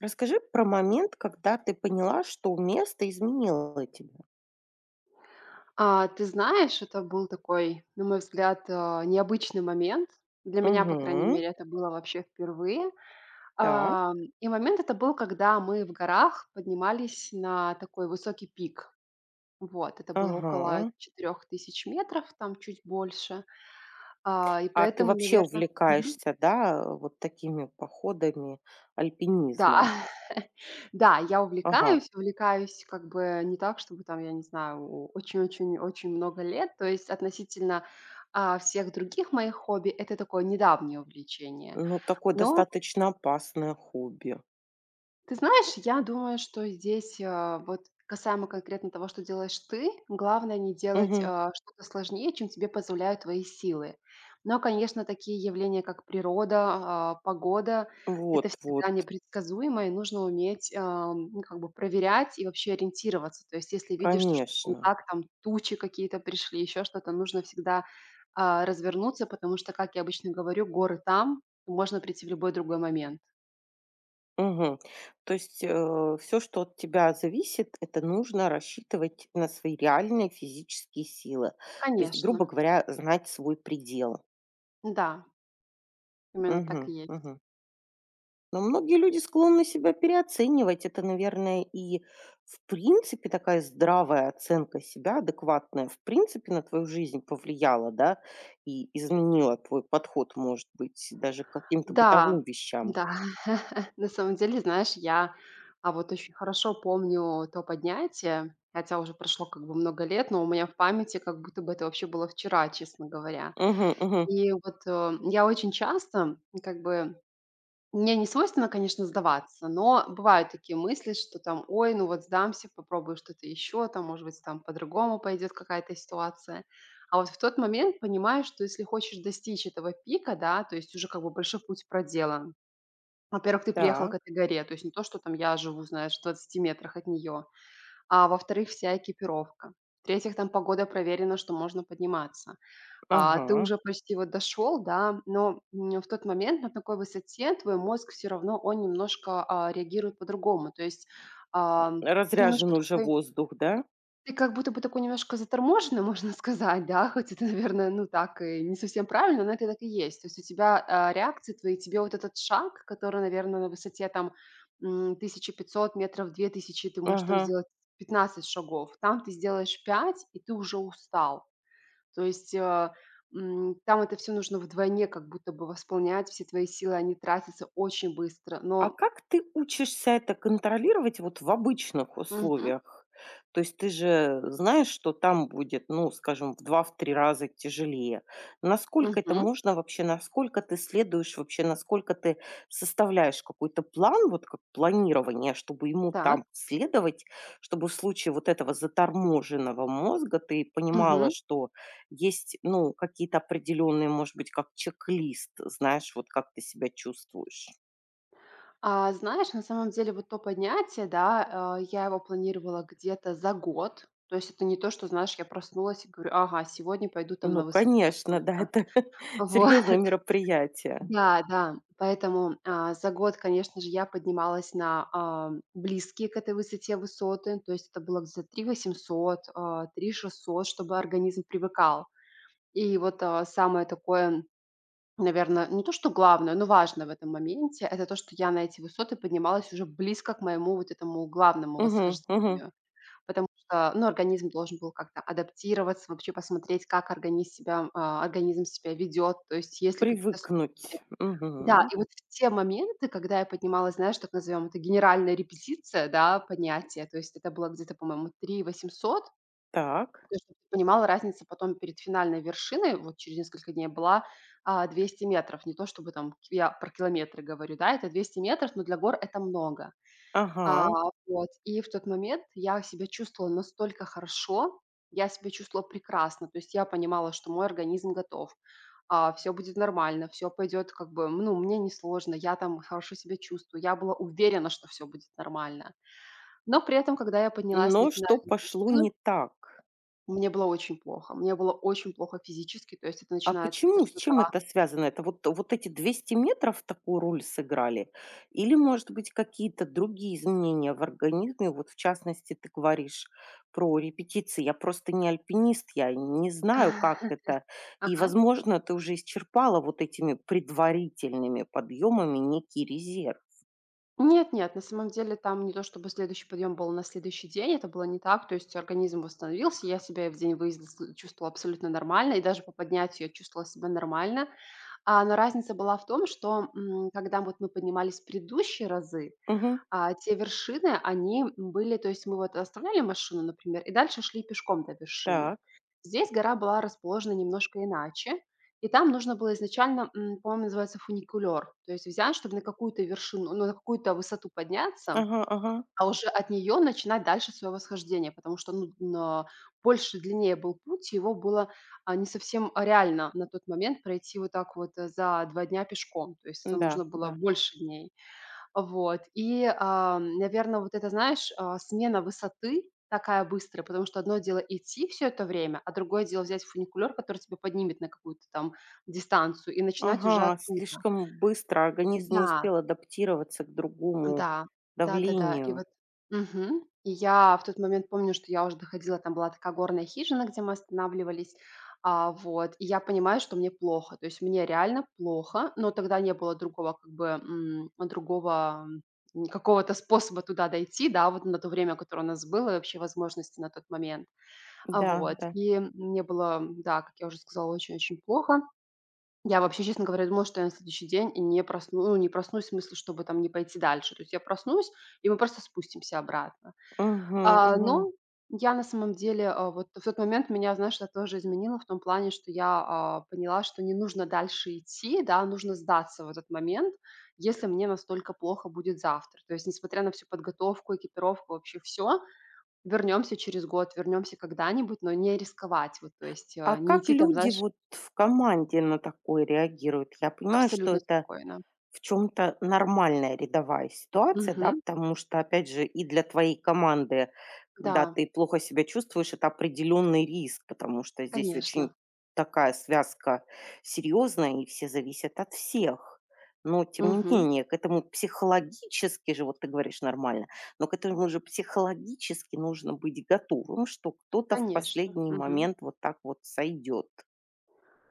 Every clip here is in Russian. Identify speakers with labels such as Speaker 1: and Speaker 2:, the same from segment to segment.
Speaker 1: Расскажи про момент, когда ты поняла, что место изменило тебя.
Speaker 2: Ты знаешь, это был такой, на мой взгляд, необычный момент. Для меня, по крайней
Speaker 1: Угу.
Speaker 2: мере, это было вообще впервые.
Speaker 1: Так.
Speaker 2: Ам, и момент это был, когда мы в горах поднимались на такой высокий пик. Вот, это было около
Speaker 1: Ага.
Speaker 2: 4000 метров, там чуть больше. А, и
Speaker 1: А ты
Speaker 2: поэтому,
Speaker 1: вообще
Speaker 2: наверное.
Speaker 1: увлекаешься, да, вот такими походами,
Speaker 2: Да,
Speaker 1: альпинизмом?
Speaker 2: да, я
Speaker 1: Ага.
Speaker 2: увлекаюсь, как бы не так, чтобы там, я не знаю, о очень-очень-очень много лет. То есть относительно, всех других моих хобби, это такое недавнее увлечение.
Speaker 1: Ну, такое
Speaker 2: Но
Speaker 1: достаточно опасное хобби.
Speaker 2: ты знаешь, я думаю, что здесь, вот касаемо конкретно того, что делаешь ты, главное не делать,
Speaker 1: Угу.
Speaker 2: что-то сложнее, чем тебе позволяют твои силы. Но, конечно, такие явления, как природа, погода — это
Speaker 1: Вот, вот,
Speaker 2: всегда непредсказуемо, и нужно уметь, ну, как бы проверять и вообще ориентироваться. То есть если видишь, что что-то не
Speaker 1: конечно.
Speaker 2: так, там тучи какие-то пришли, еще что-то, нужно всегда, развернуться, потому что, как я обычно говорю, горы там, можно прийти в любой другой момент.
Speaker 1: Мгм. То есть все, что от тебя зависит, это нужно рассчитывать на свои реальные физические силы. То есть,
Speaker 2: Конечно,
Speaker 1: грубо говоря, знать свой предел.
Speaker 2: да. Именно
Speaker 1: Мгм,
Speaker 2: так и есть.
Speaker 1: мгм. Но многие люди склонны себя переоценивать. Это, наверное, и в принципе такая здравая оценка себя, адекватная, в принципе на твою жизнь повлияла, да, и изменила твой подход, может быть, даже к каким-то
Speaker 2: Да,
Speaker 1: бытовым вещам.
Speaker 2: да. На самом деле, знаешь, я, вот очень хорошо помню то поднятие, хотя уже прошло как бы много лет, но у меня в памяти как будто бы это вообще было вчера, честно говоря.
Speaker 1: Угу, угу.
Speaker 2: И вот, я очень часто, как бы мне не свойственно, конечно, сдаваться, но бывают такие мысли, что там, ой, ну вот сдамся, попробую что-то еще, там, может быть, там по-другому пойдет какая-то ситуация. А вот в тот момент понимаешь, что если хочешь достичь этого пика, да, то есть уже как бы большой путь проделан. Во-первых, ты приехал к
Speaker 1: Так,
Speaker 2: этой горе, то есть не то, что там я живу, знаешь, в 20 метрах от нее, а во-вторых, вся экипировка. В-третьих, там погода проверена, что можно подниматься. Ты
Speaker 1: ага.
Speaker 2: уже почти вот дошел, да, но, в тот момент на такой высоте твой мозг все равно, он немножко, реагирует по-другому. То есть, ты
Speaker 1: Разряжен
Speaker 2: немножко
Speaker 1: уже
Speaker 2: такой,
Speaker 1: воздух, да?
Speaker 2: ты как будто бы такой немножко заторможенный, можно сказать, да, хоть это, наверное, ну, так и не совсем правильно, но это так и есть. То есть у тебя, реакции твои, тебе вот этот шаг, который, наверное, на высоте там, 1500 метров, 2000, ты можешь там
Speaker 1: Ага.
Speaker 2: сделать 15 шагов, там ты сделаешь 5 и ты уже устал. То есть, там это все нужно вдвойне как будто бы восполнять, все твои силы, они тратятся очень быстро.
Speaker 1: А
Speaker 2: Но
Speaker 1: как ты учишься это контролировать вот в обычных
Speaker 2: мгм,
Speaker 1: условиях? То есть ты же знаешь, что там будет, ну, скажем, в 2 три раза тяжелее. Насколько это
Speaker 2: мгм.
Speaker 1: можно вообще, насколько ты следуешь вообще, насколько ты составляешь какой-то план, вот как планирование, чтобы ему
Speaker 2: Так.
Speaker 1: там следовать, чтобы в случае вот этого заторможенного мозга ты понимала,
Speaker 2: Мгм.
Speaker 1: что есть, ну, какие-то определенные, может быть, как чек-лист, знаешь, вот как ты себя чувствуешь.
Speaker 2: Знаешь, на самом деле вот то поднятие, да, я его планировала где-то за год. То есть это не то, что, знаешь, я проснулась и говорю: "Ага, сегодня пойду там
Speaker 1: Ну,
Speaker 2: на высоту
Speaker 1: конечно, да,
Speaker 2: такую-то".
Speaker 1: это
Speaker 2: Вот.
Speaker 1: серьезное мероприятие.
Speaker 2: Да, да, поэтому, за год, конечно же, я поднималась на, близкие к этой высоте высоты, то есть это было где-то 3800, 3600, чтобы организм привыкал. И вот, самое такое, наверное, не то что главное, но важное в этом моменте — это то, что я на эти высоты поднималась уже близко к моему вот этому главному
Speaker 1: Мгм, мгм.
Speaker 2: восхождению. Потому что, ну, организм должен был как-то адаптироваться, вообще посмотреть, как организм себя ведет, то есть есть ли какие-то,
Speaker 1: Привыкнуть.
Speaker 2: да,
Speaker 1: Мгм.
Speaker 2: и вот в те моменты, когда я поднималась, знаешь, так назовем, это генеральная репетиция, да, поднятие, то есть это было где-то, по-моему, 3800.
Speaker 1: Так.
Speaker 2: То есть чтоб ты понимала, разница потом перед финальной вершиной, вот через несколько дней была, 200 метров. Не то чтобы там я про километры говорю, да, это 200 метров, но для гор это много. А,
Speaker 1: Ага.
Speaker 2: вот, и в тот момент я себя чувствовала настолько хорошо, я себя чувствовала прекрасно. То есть я понимала, что мой организм готов, все будет нормально, все пойдет как бы, ну, мне не сложно, я там хорошо себя чувствую. Я была уверена, что все будет нормально. Но при этом, когда я поднялась на
Speaker 1: Но что
Speaker 2: финальную
Speaker 1: пошло
Speaker 2: вершину,
Speaker 1: не так?
Speaker 2: мне было очень плохо. Мне было очень плохо физически, то есть это
Speaker 1: А
Speaker 2: начинается
Speaker 1: почему? С чем
Speaker 2: тошнота.
Speaker 1: это связано? Это вот эти 200 метров такую роль сыграли? Или, может быть, какие-то другие изменения в организме? Вот, в частности, ты говоришь про репетиции. Я просто не альпинист, я не знаю, как это. И,
Speaker 2: Ага.
Speaker 1: возможно, ты уже исчерпала вот этими предварительными подъемами некий резерв.
Speaker 2: Нет, нет, на самом деле там не то чтобы следующий подъем был на следующий день, это было не так. То есть организм восстановился, я себя и в день выезда с чувствовала абсолютно нормально, и даже по поднятию я чувствовала себя нормально. Но разница была в том, что, когда вот мы поднимались в предыдущие разы,
Speaker 1: Мгм.
Speaker 2: а те вершины, они были, то есть мы вот оставляли машину, например, и дальше шли пешком до вершины.
Speaker 1: Так.
Speaker 2: Здесь гора была расположена немножко иначе, и там нужно было изначально, по-моему, называется фуникулер, то есть взять, чтобы на какую-то вершину, ну, на какую-то высоту подняться,
Speaker 1: Ага, ага.
Speaker 2: а уже от нее начинать дальше свое восхождение, потому что, ну, на больше, длиннее был путь, и его было, не совсем реально на тот момент пройти вот так вот, за 2 дня пешком, то есть это
Speaker 1: Да,
Speaker 2: нужно было
Speaker 1: да.
Speaker 2: больше дней. Вот. И, наверное, вот это, знаешь, смена высоты такая быстрая, потому что одно дело идти все это время, а другое дело взять фуникулер, который тебя поднимет на какую-то там дистанцию, и начинать уже
Speaker 1: Ага,
Speaker 2: оттуда.
Speaker 1: слишком быстро организм не
Speaker 2: Да.
Speaker 1: успел адаптироваться к другому
Speaker 2: Да, да-да-да. И
Speaker 1: давлению.
Speaker 2: вот мгм. И я в тот момент помню, что я уже доходила, там была такая горная хижина, где мы останавливались. Вот, и я понимаю, что мне плохо. То есть мне реально плохо, но тогда не было другого, какого-то способа туда дойти, да, вот на то время, которое у нас было, и вообще возможности на тот момент.
Speaker 1: Да,
Speaker 2: Вот,
Speaker 1: да.
Speaker 2: и мне было, да, как я уже сказала, очень-очень плохо. Я вообще, честно говоря, думала, что я на следующий день не просну ну, не проснусь в смысле, чтобы там не пойти дальше. То есть я проснусь, и мы просто спустимся обратно.
Speaker 1: Мгм,
Speaker 2: А,
Speaker 1: мгм.
Speaker 2: но я на самом деле, вот в тот момент меня, знаешь, это тоже изменило в том плане, что я, поняла, что не нужно дальше идти, да, нужно сдаться в этот момент, если мне настолько плохо будет завтра. То есть, несмотря на всю подготовку, экипировку, вообще все, вернемся через год, вернемся когда-нибудь, но не рисковать. Вот, то есть,
Speaker 1: А
Speaker 2: не
Speaker 1: как
Speaker 2: идти там,
Speaker 1: люди
Speaker 2: знаешь,
Speaker 1: вот в команде на такое реагируют? Я понимаю, что
Speaker 2: абсолютно
Speaker 1: это
Speaker 2: спокойно.
Speaker 1: в чем то нормальная рядовая ситуация, да,
Speaker 2: Мгм.
Speaker 1: потому что, опять же, и для твоей команды, когда
Speaker 2: Да,
Speaker 1: ты плохо себя чувствуешь, это определенный риск, потому что здесь очень
Speaker 2: конечно.
Speaker 1: такая связка серьезная, и все зависят от всех. Но, тем не
Speaker 2: Мгм.
Speaker 1: менее, к этому психологически же, вот ты говоришь нормально, но к этому же психологически нужно быть готовым, что кто-то в
Speaker 2: Конечно.
Speaker 1: последний
Speaker 2: Мгм.
Speaker 1: момент вот так вот сойдет.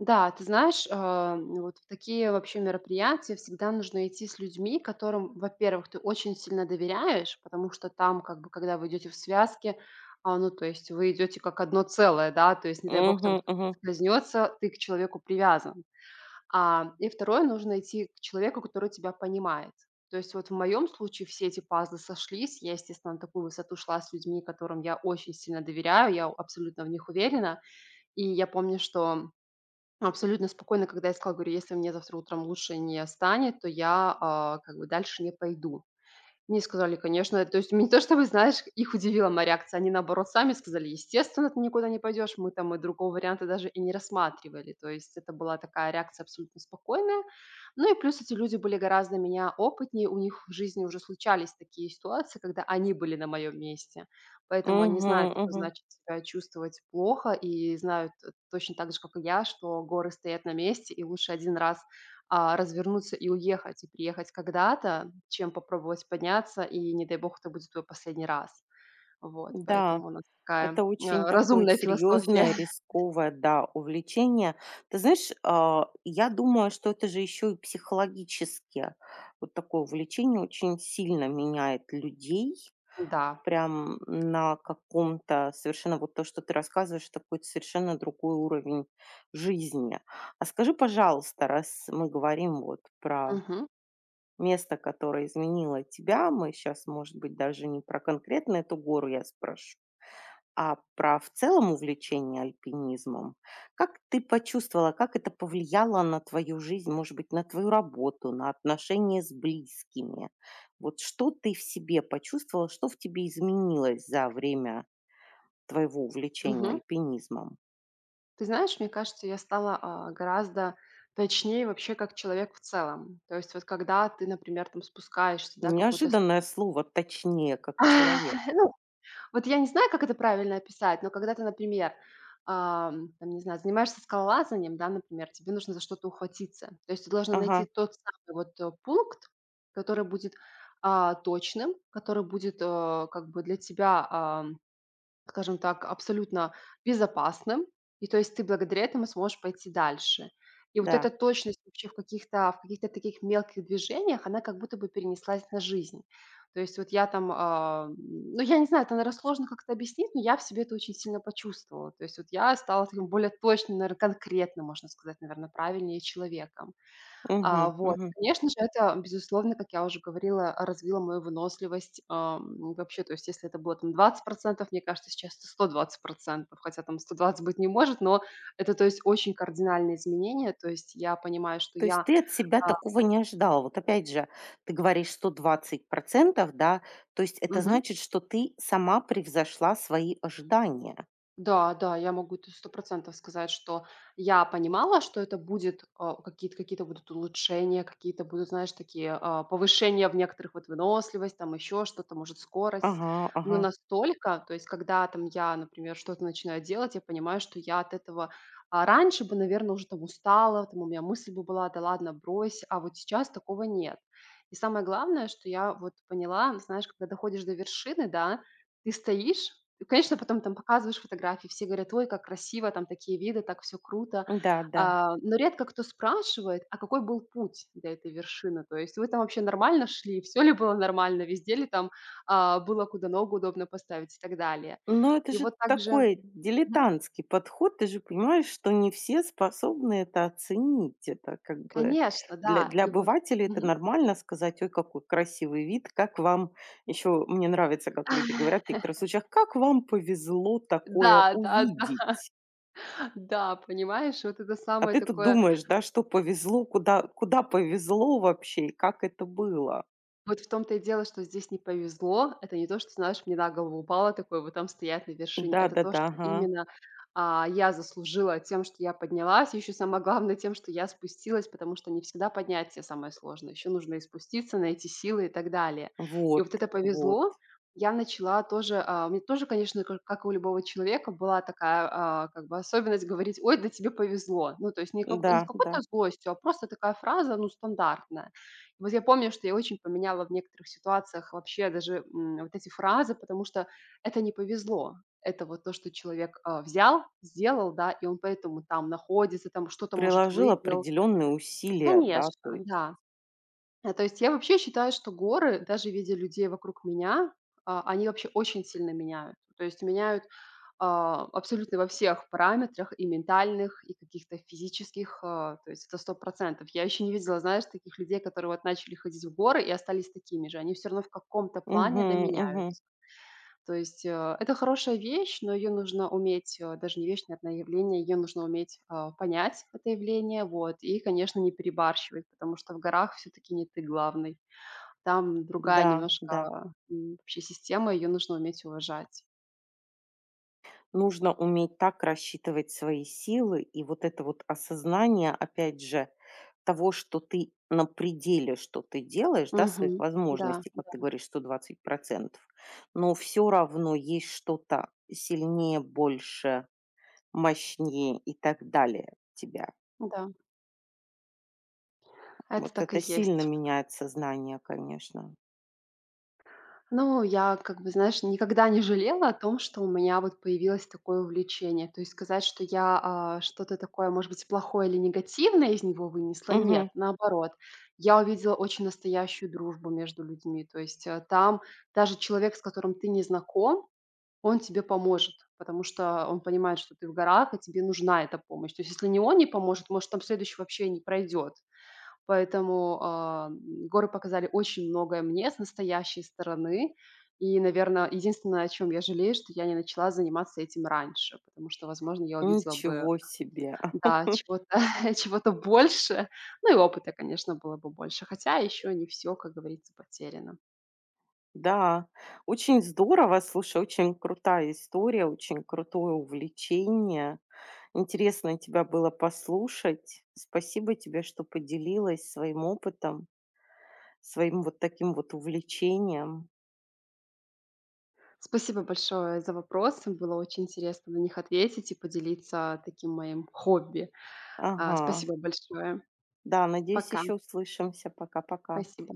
Speaker 2: Да, ты знаешь, ну, вот в такие вообще мероприятия всегда нужно идти с людьми, которым, во-первых, ты очень сильно доверяешь, потому что там, как бы, когда вы идете в связке, ну, то есть вы идете как одно целое, да, то есть, не дай бог, там
Speaker 1: Угу,
Speaker 2: кто-то
Speaker 1: угу,
Speaker 2: скользнется, ты к человеку привязан. И второе, нужно идти к человеку, который тебя понимает. То есть вот в моем случае все эти пазлы сошлись. Я, естественно, на такую высоту шла с людьми, которым я очень сильно доверяю, я абсолютно в них уверена. И я помню, что абсолютно спокойно, когда я сказала, говорю, если мне завтра утром лучше не станет, то я, как бы дальше не пойду. Мне сказали: "Конечно". То есть, не то что, вы знаешь, их удивила моя реакция, они, наоборот, сами сказали: "Естественно, ты никуда не пойдешь". Мы там и другого варианта даже и не рассматривали. То есть это была такая реакция абсолютно спокойная. Ну и плюс эти люди были гораздо меня опытнее, у них в жизни уже случались такие ситуации, когда они были на моем месте. Поэтому они
Speaker 1: угу,
Speaker 2: знают, что
Speaker 1: угу.
Speaker 2: значит себя чувствовать плохо, и знают, точно так же, как и я, что горы стоят на месте, и лучше один раз развернуться и уехать, и приехать когда-то, чем попробовать подняться, и, не дай бог, это будет твой последний раз. Вот,
Speaker 1: Да.
Speaker 2: поэтому у нас такая,
Speaker 1: Это очень такое
Speaker 2: разумная философия.
Speaker 1: серьезное, рисковое, да, увлечение. Ты знаешь, я думаю, что это же еще и психологически. Вот такое увлечение очень сильно меняет людей
Speaker 2: Да.
Speaker 1: прям на каком-то совершенно, вот то, что ты рассказываешь, такой совершенно другой уровень жизни. А скажи, пожалуйста, раз мы говорим вот про
Speaker 2: Мгм.
Speaker 1: место, которое изменило тебя, мы сейчас, может быть, даже не про конкретно эту гору я спрошу, а про в целом увлечение альпинизмом, как ты почувствовала, как это повлияло на твою жизнь, может быть, на твою работу, на отношения с близкими? Вот что ты в себе почувствовала, что в тебе изменилось за время твоего увлечения
Speaker 2: Мгм.
Speaker 1: альпинизмом?
Speaker 2: Ты знаешь, мне кажется, я стала, гораздо точнее вообще как человек в целом. То есть вот когда ты, например, там спускаешься, да, какой-то с
Speaker 1: Неожиданное слово, точнее, как человек.
Speaker 2: ну, вот я не знаю, как это правильно описать, но когда ты, например, там, не знаю, занимаешься скалолазанием, да, например, тебе нужно за что-то ухватиться. То есть ты должна найти
Speaker 1: Ага,
Speaker 2: тот самый вот пункт, который будет, точным, который будет, как бы для тебя, скажем так, абсолютно безопасным. И то есть ты благодаря этому сможешь пойти дальше. И вот
Speaker 1: да.
Speaker 2: эта точность вообще в каких-то таких мелких движениях, она как будто бы перенеслась на жизнь. То есть вот я там, ну, я не знаю, это, наверное, сложно как-то объяснить, но я в себе это очень сильно почувствовала. То есть вот я стала таким более точным, наверное, конкретным, можно сказать, наверное, правильнее человеком.
Speaker 1: Мгм,
Speaker 2: Вот,
Speaker 1: мгм.
Speaker 2: конечно же, это, безусловно, как я уже говорила, развило мою выносливость. Вообще, то есть если это было там 20, мне кажется, сейчас это 120, хотя там 120 быть не может, но это, то есть, очень кардинальные изменения. То есть я понимаю, что
Speaker 1: То есть
Speaker 2: я,
Speaker 1: ты от себя
Speaker 2: а
Speaker 1: такого не ожидала. Вот опять же, ты говоришь 120%, да, то есть это
Speaker 2: мгм.
Speaker 1: значит, что ты сама превзошла свои ожидания.
Speaker 2: Да, да, я могу это 100% сказать, что я понимала, что это будет, какие-то, будут улучшения, какие-то будут, знаешь, такие, повышения в некоторых, вот выносливость, там еще что-то, может, скорость.
Speaker 1: Ага,
Speaker 2: Но
Speaker 1: ага.
Speaker 2: настолько, то есть когда там я, например, что-то начинаю делать, я понимаю, что я от этого, раньше бы, наверное, уже там устала, там у меня мысль бы была: "Да ладно, брось". А вот сейчас такого нет. И самое главное, что я вот поняла, знаешь, когда доходишь до вершины, да, ты стоишь и, конечно, потом там показываешь фотографии, все говорят: "Ой, как красиво, там такие виды, так все круто".
Speaker 1: Да-да.
Speaker 2: Но редко кто спрашивает, а какой был путь для этой вершины? То есть вы там вообще нормально шли? Все ли было нормально? Везде ли там, было куда ногу удобно поставить и так далее?
Speaker 1: Но это
Speaker 2: И
Speaker 1: же
Speaker 2: вот также,
Speaker 1: такой
Speaker 2: мгм.
Speaker 1: дилетантский подход. Ты же понимаешь, что не все способны это оценить. Это как бы
Speaker 2: Конечно,
Speaker 1: для,
Speaker 2: да. И вот
Speaker 1: обывателя это
Speaker 2: мгм.
Speaker 1: нормально сказать, ой, какой красивый вид, как вам, еще мне нравится, как люди говорят в некоторых случаях, как вам повезло такое
Speaker 2: Да, да, да,
Speaker 1: увидеть.
Speaker 2: да, понимаешь, вот это
Speaker 1: А
Speaker 2: самое
Speaker 1: ты тут
Speaker 2: такое.
Speaker 1: думаешь, да, что повезло, куда повезло вообще и как это было.
Speaker 2: Вот в том-то и дело, что здесь не повезло. Это не то, что, знаешь, мне на голову упало такое, вот там стоять на вершине. Это то,
Speaker 1: Да-да-да,
Speaker 2: что
Speaker 1: ага.
Speaker 2: именно, я заслужила тем, что я поднялась, и еще самое главное тем, что я спустилась, потому что не всегда поднятие самое сложное. Еще нужно и спуститься, найти силы и так далее. И
Speaker 1: Вот,
Speaker 2: вот это
Speaker 1: вот.
Speaker 2: повезло. Я начала тоже, у меня тоже, конечно, как у любого человека, была такая, как бы особенность говорить: "Ой, да тебе повезло". Ну, то есть не как не с
Speaker 1: Да, да.
Speaker 2: какой-то злостью, а просто такая фраза, ну, стандартная. Вот я помню, что я очень поменяла в некоторых ситуациях вообще даже, вот эти фразы, потому что это не повезло. Это вот то, что человек, взял, сделал, да, и он поэтому там находится, там что-то, может,
Speaker 1: Приложил
Speaker 2: выиграл.
Speaker 1: определенные усилия, да,
Speaker 2: Конечно,
Speaker 1: то есть.
Speaker 2: да. То есть я вообще считаю, что горы, даже видя людей вокруг меня, они вообще очень сильно меняют. То есть меняют абсолютно во всех параметрах, и ментальных, и каких-то физических, то есть это 100%. Я еще не видела, знаешь, таких людей, которые вот начали ходить в горы и остались такими же. Они все равно в каком-то
Speaker 1: Угу,
Speaker 2: плане доменяют.
Speaker 1: угу.
Speaker 2: То есть это хорошая вещь, но ее нужно уметь, даже не вещь, наверное, а явление, ее нужно уметь понять, это явление, вот, и, конечно, не перебарщивать, потому что в горах все-таки не ты главный. Там другая
Speaker 1: Да, да.
Speaker 2: немножко, вообще система, ее нужно уметь уважать.
Speaker 1: Нужно уметь так рассчитывать свои силы, и вот это вот осознание, опять же, того, что ты на пределе, что ты делаешь, да,
Speaker 2: Мгм.
Speaker 1: своих
Speaker 2: Да,
Speaker 1: возможностей, как ты говоришь, 120%, но все равно есть что-то сильнее, больше, мощнее и так далее тебя.
Speaker 2: да,
Speaker 1: Вот
Speaker 2: это так и
Speaker 1: это сильно
Speaker 2: есть.
Speaker 1: меняет сознание, конечно.
Speaker 2: Ну, я, как бы, знаешь, никогда не жалела о том, что у меня вот появилось такое увлечение. То есть сказать, что я, что-то такое, может быть, плохое или негативное из него вынесла,
Speaker 1: Мгм.
Speaker 2: нет, наоборот. Я увидела очень настоящую дружбу между людьми. То есть, там даже человек, с которым ты не знаком, он тебе поможет, потому что он понимает, что ты в горах, и тебе нужна эта помощь. То есть если не он не поможет, может, там следующий вообще не пройдет. Поэтому, горы показали очень многое мне с настоящей стороны. И, наверное, единственное, о чем я жалею, что я не начала заниматься этим раньше, потому что, возможно, я увидела бы,
Speaker 1: Ничего себе.
Speaker 2: да, чего-то чего-то больше. Ну и опыта, конечно, было бы больше, хотя еще не все, как говорится, потеряно.
Speaker 1: Да, очень здорово. Слушай, очень крутая история, очень крутое увлечение. Интересно тебя было послушать. Спасибо тебе, что поделилась своим опытом, своим вот таким вот увлечением.
Speaker 2: Спасибо большое за вопросы. Было очень интересно на них ответить и поделиться таким моим хобби.
Speaker 1: Ага.
Speaker 2: Спасибо большое.
Speaker 1: Да, надеюсь,
Speaker 2: Пока.
Speaker 1: еще услышимся. Пока-пока.
Speaker 2: Спасибо.